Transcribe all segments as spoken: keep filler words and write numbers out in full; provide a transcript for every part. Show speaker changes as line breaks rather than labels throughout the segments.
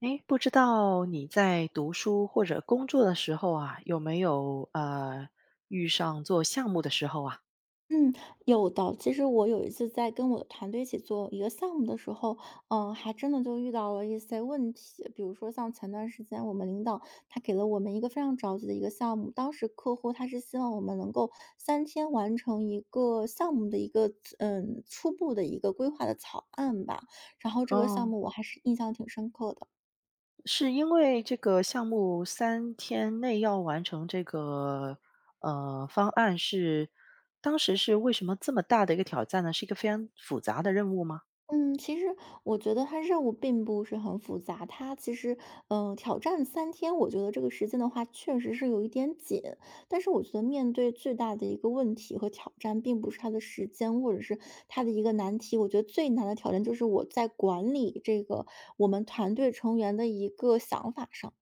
哎，不知道你在读书或者工作的时候啊，有没有呃遇上做项目的时候啊？
嗯，有的。其实我有一次在跟我的团队一起做一个项目的时候，嗯，还真的就遇到了一些问题。比如说像前段时间我们领导他给了我们一个非常着急的一个项目，当时客户他是希望我们能够三天完成一个项目的一个嗯初步的一个规划的草案吧。然后这个项
哦，
目我还是印象挺深刻的。
是因为这个项目三天内要完成这个呃方案是，当时是为什么这么大的一个挑战呢？是一个非常复杂的任务吗？
嗯，其实我觉得它任务并不是很复杂，它其实，嗯，挑战三天，我觉得这个时间的话确实是有一点紧。但是我觉得面对最大的一个问题和挑战，并不是它的时间，或者是它的一个难题。我觉得最难的挑战就是我在管理这个我们团队成员的一个想法上。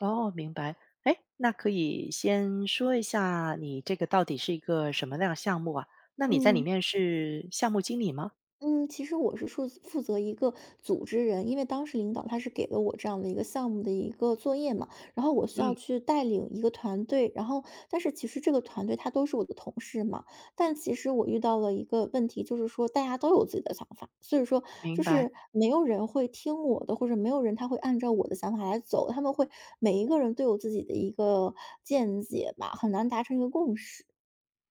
哦，明白。哎，那可以先说一下你这个到底是一个什么样的项目啊？那你在里
嗯。
面是项目经理吗？
嗯，其实我是负责负责一个组织人，因为当时领导他是给了我这样的一个项目的一个作业嘛，然后我需
嗯，
要去带领一个团队，然后但是其实这个团队他都是我的同事嘛，但其实我遇到了一个问题，就是说大家都有自己的想法，所以说
明
就
白。
是没有人会听我的，或者没有人他会按照我的想法来走，他们会每一个人都有自己的一个见解吧，很难达成一个共识。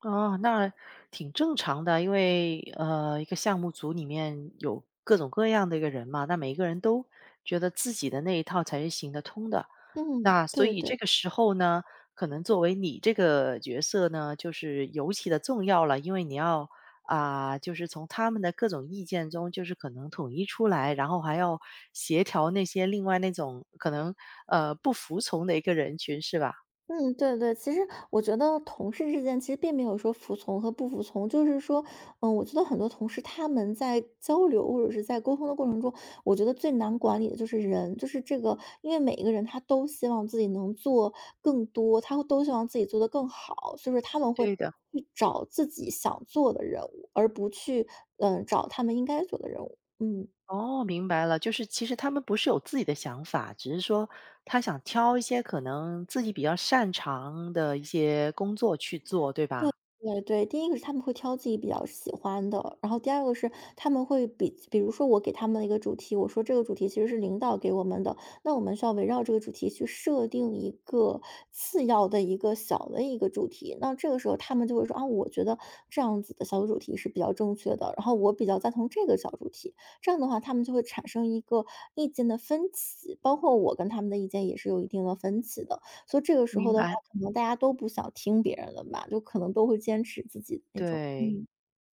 哦，那挺正常的，因为呃，一个项目组里面有各种各样的一个人嘛，那每一个人都觉得自己的那一套才是行得通的。
嗯，
那所
对
以这
对。
个时候呢，可能作为你这个角色呢，就是尤其的重要了，因为你要啊、就是从他们的各种意见中，就是可能统一出来，然后还要协调那些另外那种可能呃不服从的一个人群，是吧？
嗯，对对，其实我觉得同事之间其实并没有说服从和不服从，就是说，嗯，我觉得很多同事他们在交流或者是在沟通的过程中，我觉得最难管理的就是人，就是这个，因为每一个人他都希望自己能做更多，他都希望自己做得更好，所以说他们会
对的。
去找自己想做的任务，而不去嗯呃找他们应该做的任务。嗯
哦，明白了，就是其实他们不是有自己的想法，只是说他想挑一些可能自己比较擅长的一些工作去做，对吧？
对对，第一个是他们会挑自己比较喜欢的，然后第二个是他们会比比如说我给他们一个主题，我说这个主题其实是领导给我们的，那我们需要围绕这个主题去设定一个次要的一个小的一个主题。那这个时候他们就会说啊，我觉得这样子的小主题是比较正确的，然后我比较赞同这个小主题。这样的话，他们就会产生一个意见的分歧，包括我跟他们的意见也是有一定的分歧的。所以这个时
明
候的话，
白，
可能大家都不想听别人的吧，就可能都会坚持自己的那种，
对
嗯。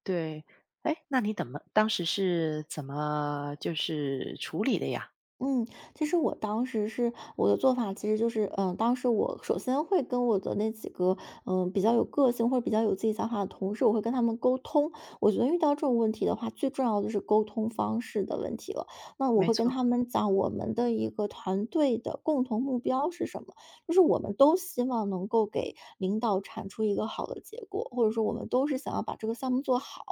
对。哎，那你怎么当时是怎么就是处理的呀？
嗯，其实我当时是我的做法，其实就是，嗯，当时我首先会跟我的那几个，嗯，比较有个性或者比较有自己想法的同事，我会跟他们沟通。我觉得遇到这种问题的话，最重要的就是沟通方式的问题了。那我
没
会跟
错，
他们讲我们的一个团队的共同目标是什么，就是我们都希望能够给领导产出一个好的结果，或者说我们都是想要把这个项目做好。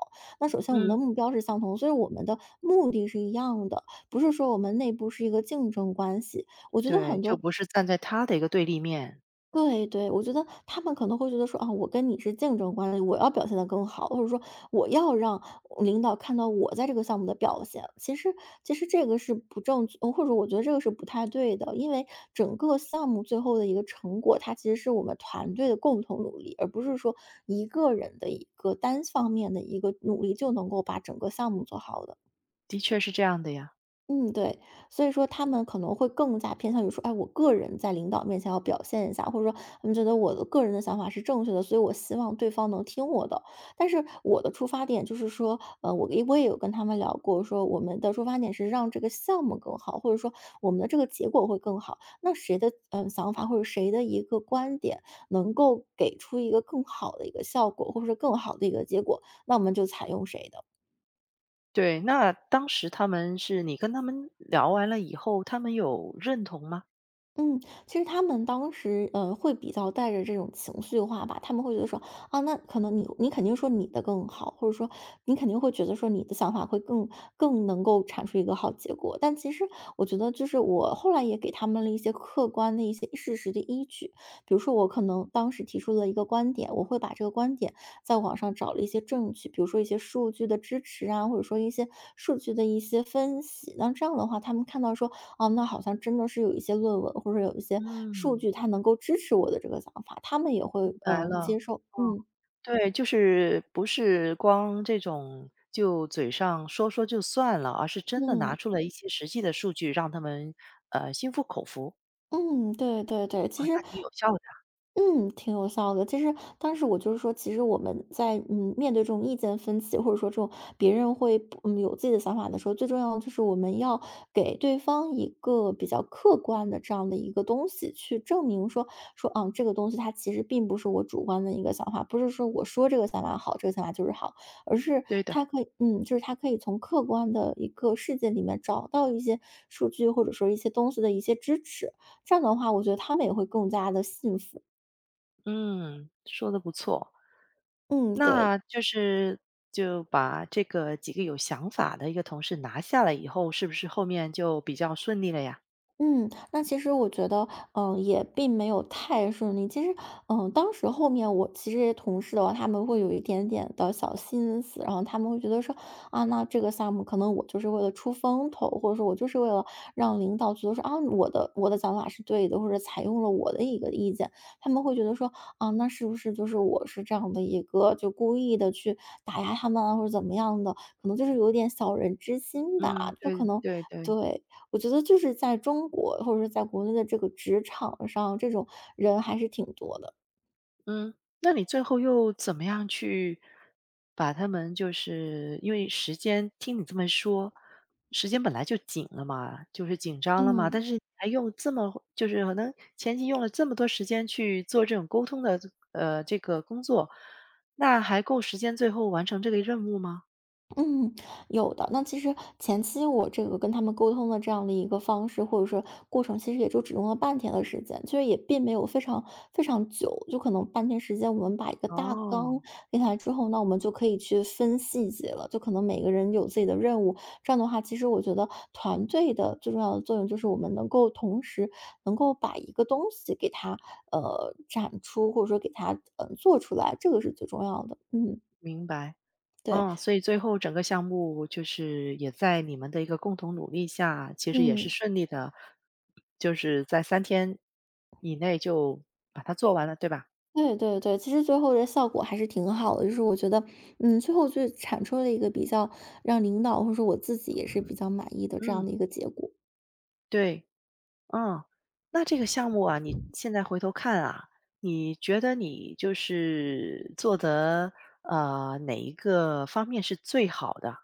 那首先我们的
嗯，
目标是相同，所以我们的目的是一样的。不是说我们内部是一个竞争关系。我觉得
对，
很
就
多，
不是站在他的一个对立面，
对对，我觉得他们可能会觉得说啊，我跟你是竞争关系，我要表现的更好，或者说我要让领导看到我在这个项目的表现。其实其实这个是不正确，或者说我觉得这个是不太对的，因为整个项目最后的一个成果，它其实是我们团队的共同努力，而不是说一个人的一个单方面的一个努力就能够把整个项目做好的。
的确是这样的呀。
嗯，对，所以说他们可能会更加偏向于说，哎，我个人在领导面前要表现一下，或者说他们觉得我的个人的想法是正确的，所以我希望对方能听我的。但是我的出发点就是说，呃，我也我也有跟他们聊过，说我们的出发点是让这个项目更好，或者说我们的这个结果会更好。那谁的嗯、呃想法或者谁的一个观点能够给出一个更好的一个效果，或者说更好的一个结果，那我们就采用谁的。
对，那当时他们是你跟他们聊完了以后，他们有认同吗？
嗯，其实他们当时，呃，会比较带着这种情绪化吧，他们会觉得说，啊，那可能你你肯定说你的更好，或者说你肯定会觉得说你的想法会更更能够产出一个好结果。但其实我觉得，就是我后来也给他们了一些客观的一些事实的依据，比如说我可能当时提出了一个观点，我会把这个观点在网上找了一些证据，比如说一些数据的支持啊，或者说一些数据的一些分析。那这样的话，他们看到说哦，那好像真的是有一些论文或者有一些数
嗯，
据，它能够支持我的这个想法，他们也
明
会
白
嗯
了。
接受，嗯
对，就是不是光这种就嘴上说说就算了，而是真的拿
嗯。
出了一些实际的数据，让他们呃心服口服
嗯，对对对，
啊，
其
那
实
挺有效的。
嗯，挺有效的。其实当时我就是说，其实我们在嗯面对这种意见分歧，或者说这种别人会不嗯有自己的想法的时候，最重要的就是我们要给对方一个比较客观的这样的一个东西，去证明说说嗯这个东西它其实并不是我主观的一个想法，不是说我说这个想法好，这个想法就是好，而是
对的，
它可以嗯就是他可以从客观的一个世界里面找到一些数据，或者说一些东西的一些支持。这样的话，我觉得他们也会更加的信服。
嗯，说的不错。
嗯，对，
那就是就把这个几个有想法的一个同事拿下来以后，是不是后面就比较顺利了呀？
嗯，那其实我觉得，嗯，也并没有太顺利。其实，嗯，当时后面我其实这些同事的话，他们会有一点点的小心思，然后他们会觉得说，啊，那这个项目可能我就是为了出风头，或者说我就是为了让领导觉得说，啊，我的我的想法是对的，或者采用了我的一个意见，他们会觉得说，啊，那是不是就是我是这样的一个就故意的去打压他们啊，或者怎么样的，可能就是有点小人之心
嗯，
吧，就可
对
能
对对，
对。我觉得就是在中国，或者是在国内的这个职场上，这种人还是挺多的。
嗯，那你最后又怎么样去把他们就是因为时间听你这么说，时间本来就紧了嘛，就是紧张了嘛，但
嗯。
是还用这么就是可能前期用了这么多时间去做这种沟通的呃这个工作，那还够时间最后完成这个任务吗？
嗯，有的。那其实前期我这个跟他们沟通的这样的一个方式，或者说过程，其实也就只用了半天的时间，其实也并没有非常非常久，就可能半天时间，我们把一个大纲
哦，
列下来之后，那我们就可以去分细节了。就可能每个人有自己的任务，这样的话，其实我觉得团队的最重要的作用就是我们能够同时能够把一个东西给它呃展出，或者说给它嗯呃做出来，这个是最重要的。嗯，
明白。
对，
嗯，所以最后整个项目就是也在你们的一个共同努力下，其实也是
嗯。
顺利的，就是在三天以内就把它做完了，对吧？
对对对，其实最后的效果还是挺好的，就是我觉得，嗯，最后就产出了一个比较让领导或者说我自己也是比较满意的这
嗯，
样的一个结果。
对，嗯。那这个项目啊，你现在回头看啊，你觉得你就是做的呃，哪一个方面是最好的？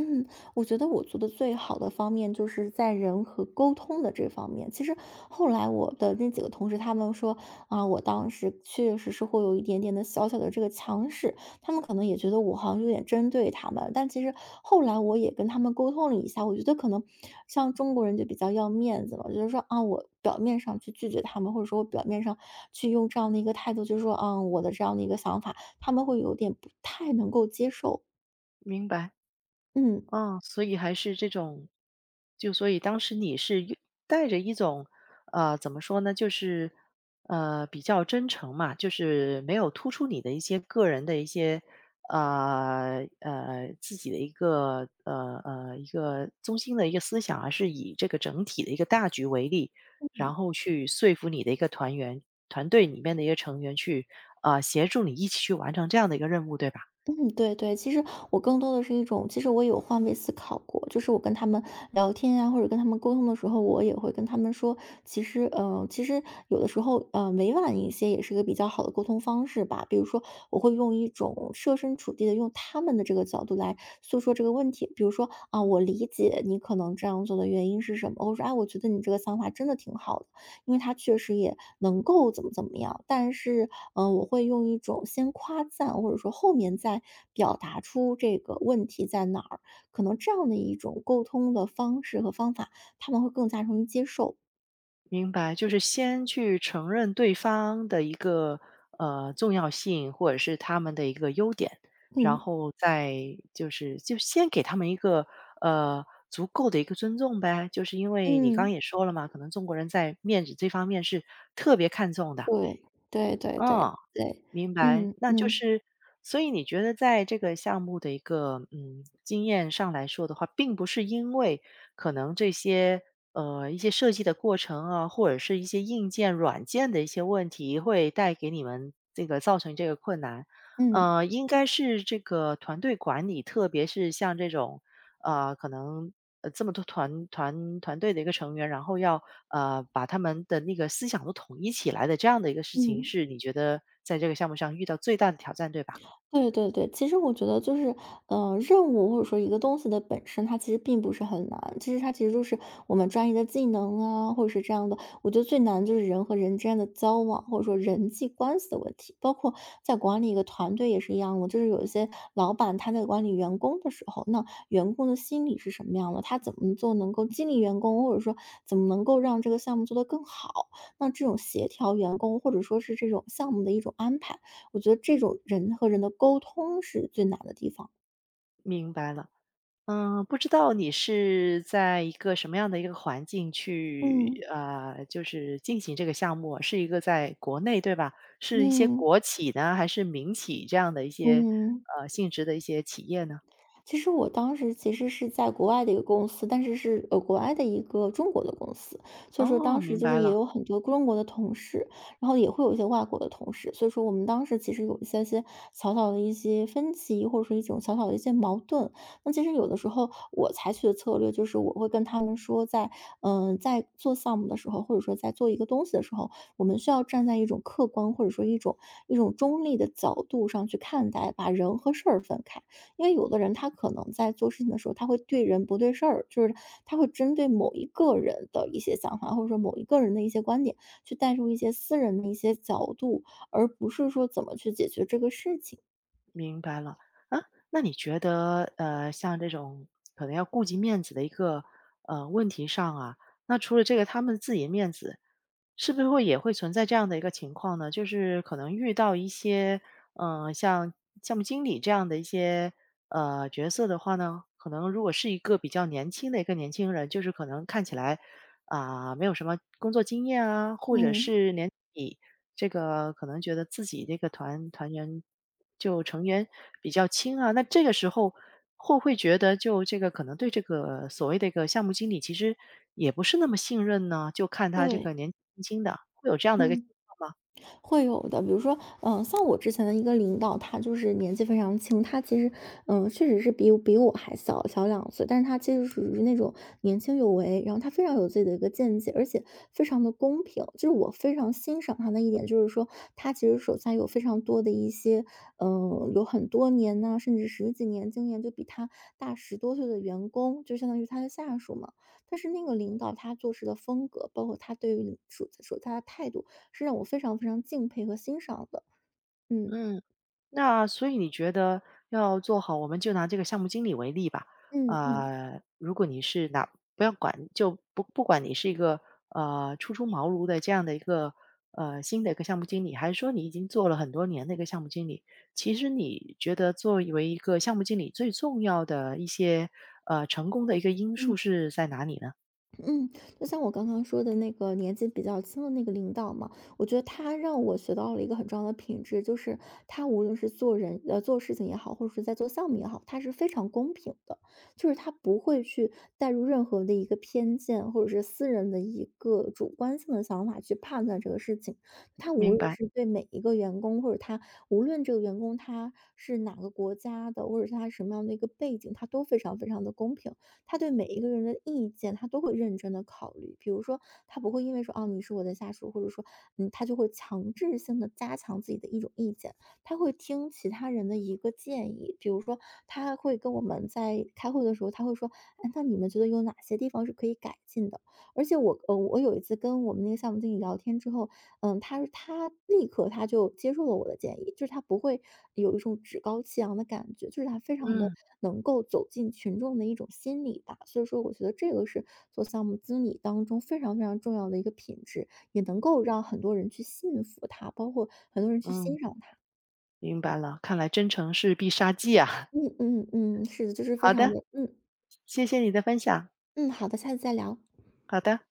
嗯，我觉得我做的最好的方面就是在人和沟通的这方面。其实后来我的那几个同事他们说，啊，我当时确实是会有一点点的小小的这个强势，他们可能也觉得我好像有点针对他们。但其实后来我也跟他们沟通了一下，我觉得可能像中国人就比较要面子嘛，就是说啊，我表面上去拒绝他们，或者说我表面上去用这样的一个态度，就是说，啊，我的这样的一个想法，他们会有点不太能够接受。
明白。
嗯。
哦，所以还是这种就所以当时你是一带着一种，呃，怎么说呢，就是，呃，比较真诚嘛，就是没有突出你的一些个人的一些，呃，呃，自己的一个，呃，呃，一个中心的一个思想啊，而是以这个整体的一个大局为例，然后去说服你的一个团员团队里面的一个成员去啊，呃，协助你一起去完成这样的一个任务，对吧？
嗯，对对，其实我更多的是一种，其实我有换位思考过，就是我跟他们聊天啊，或者跟他们沟通的时候，我也会跟他们说，其实，呃，其实有的时候，呃，委婉一些也是一个比较好的沟通方式吧。比如说，我会用一种设身处地的用他们的这个角度来诉说这个问题，比如说啊，我理解你可能这样做的原因是什么，我说，哎，我觉得你这个想法真的挺好的。因为他确实也能够怎么怎么样，但是，嗯，我会用一种先夸赞，或者说后面再表达出这个问题在哪儿，可能这样的一种沟通的方式和方法，他们会更加容易接受。
明白，就是先去承认对方的一个呃重要性，或者是他们的一个优点，然
嗯。
后再就是就先给他们一个呃足够的一个尊重呗。就是因为你刚刚
嗯，
也说了嘛，可能中国人在面子这方面是特别看重的，
对。对对对
嗯。
对，
明白，
嗯
那就
嗯
是所以你觉得在这个项目的一个，嗯，经验上来说的话，并不是因为可能这些，呃，一些设计的过程啊，或者是一些硬件、软件的一些问题，会带给你们这个造成这个困难。
嗯
呃，应该是这个团队管理，特别是像这种呃，可能呃这么多团团团队的一个成员，然后要呃把他们的那个思想都统一起来的这样的一个事情，
嗯。
是你觉得在这个项目上遇到最大的挑战，对吧？
对对对，其实我觉得就是，呃，任务或者说一个东西的本身，它其实并不是很难。其实它其实就是我们专业的技能啊，或者是这样的。我觉得最难就是人和人之间的交往，或者说人际关系的问题。包括在管理一个团队也是一样的，就是有一些老板他在管理员工的时候，那员工的心理是什么样的？他怎么做能够激励员工，或者说怎么能够让这个项目做得更好？那这种协调员工，或者说是这种项目的一种安排。我觉得这种人和人的沟通是最难的地方。
明白了。嗯，不知道你是在一个什么样的一个环境去
嗯
呃，就是进行这个项目啊是一个在国内对吧？是一些
嗯。
国企呢，还是民企这样的一些
嗯。
呃性质的一些企业呢？
其实我当时其实是在国外的一个公司，但是是呃国外的一个中国的公司，所以说
哦，
当时
明
就
白
是也
了。
有很多中国的同事，然后也会有一些外国的同事，所以说我们当时其实有一些些小小的一些分歧，或者说一种小小的一些矛盾。那其实有的时候我采取的策略就是我会跟他们说在，嗯在做项目的时候，或者说在做一个东西的时候，我们需要站在一种客观或者说一种一种中立的角度上去看待，把人和事儿分开。因为有的人他可能在做事情的时候，他会对人不对事儿，就是他会针对某一个人的一些想法，或者说某一个人的一些观点，去带入一些私人的一些角度，而不是说怎么去解决这个事情。
明白了，啊，那你觉得，呃，像这种可能要顾及面子的一个呃问题上啊，那除了这个他们自己的面子，是不是会也会存在这样的一个情况呢？就是可能遇到一些，呃，像项目经理这样的一些呃角色的话呢，可能如果是一个比较年轻的一个年轻人，就是可能看起来啊，没有什么工作经验啊，或者
嗯，
是年底这个可能觉得自己这个团团员就成员比较轻啊，那这个时候会不会觉得就这个可能对这个所谓的一个项目经理其实也不是那么信任呢？就看他这个
对，
年纪轻轻的，会有这样的一个情
嗯。
况吗？
会有的。比如说，嗯，像我之前的一个领导，他就是年纪非常轻，他其实，嗯，确实是比比我还小小两岁，但是他其实属于那种年轻有为，然后他非常有自己的一个见解，而且非常的公平。就是我非常欣赏他的一点，就是说他其实手下有非常多的一些，嗯，有很多年呐、甚至十几年经验，就比他大十多岁的员工，就相当于他的下属嘛。但是那个领导他做事的风格，包括他对于领属手下的态度，是让我非常非常敬佩和欣赏的。嗯
嗯。那所以你觉得要做好，我们就拿这个项目经理为例吧。
嗯嗯。嗯。
呃，如果你是拿，不要管，就不不管你是一个呃初出茅庐的这样的一个呃新的一个项目经理，还是说你已经做了很多年的一个项目经理，其实你觉得作为一个项目经理最重要的一些呃成功的一个因素是在哪里呢？
嗯，就像我刚刚说的那个年纪比较轻的那个领导嘛，我觉得他让我学到了一个很重要的品质，就是他无论是做人呃做事情也好，或者是在做项目也好，他是非常公平的，就是他不会去带入任何的一个偏见或者是私人的一个主观性的想法去判断这个事情。他无
明
论
白，
是对每一个员工，或者他无论这个员工他是哪个国家的，或者是他什么样的一个背景，他都非常非常的公平。他对每一个人的意见，他都会认真的考虑。比如说，他不会因为说，哦，你是我的下属，或者说，嗯，他就会强制性的加强自己的一种意见，他会听其他人的一个建议。比如说，他会跟我们在开会的时候，他会说，哎，那你们觉得有哪些地方是可以改进的？而且我呃，我有一次跟我们那个项目经理聊天之后，嗯，他他立刻他就接受了我的建议，就是他不会有一种趾高气扬的感觉，就是他非常的
嗯
能够走进群众的一种心理吧。所以说，我觉得这个是做项目经理当中非常非常重要的一个品质，也能够让很多人去信服他，包括很多人去
嗯，
欣赏他。
明白了。看来真诚是必杀技啊。
嗯嗯嗯，是的，就是非
好
常
的，
的，嗯
谢谢你的分享。
嗯，好的，下次再聊。
好的。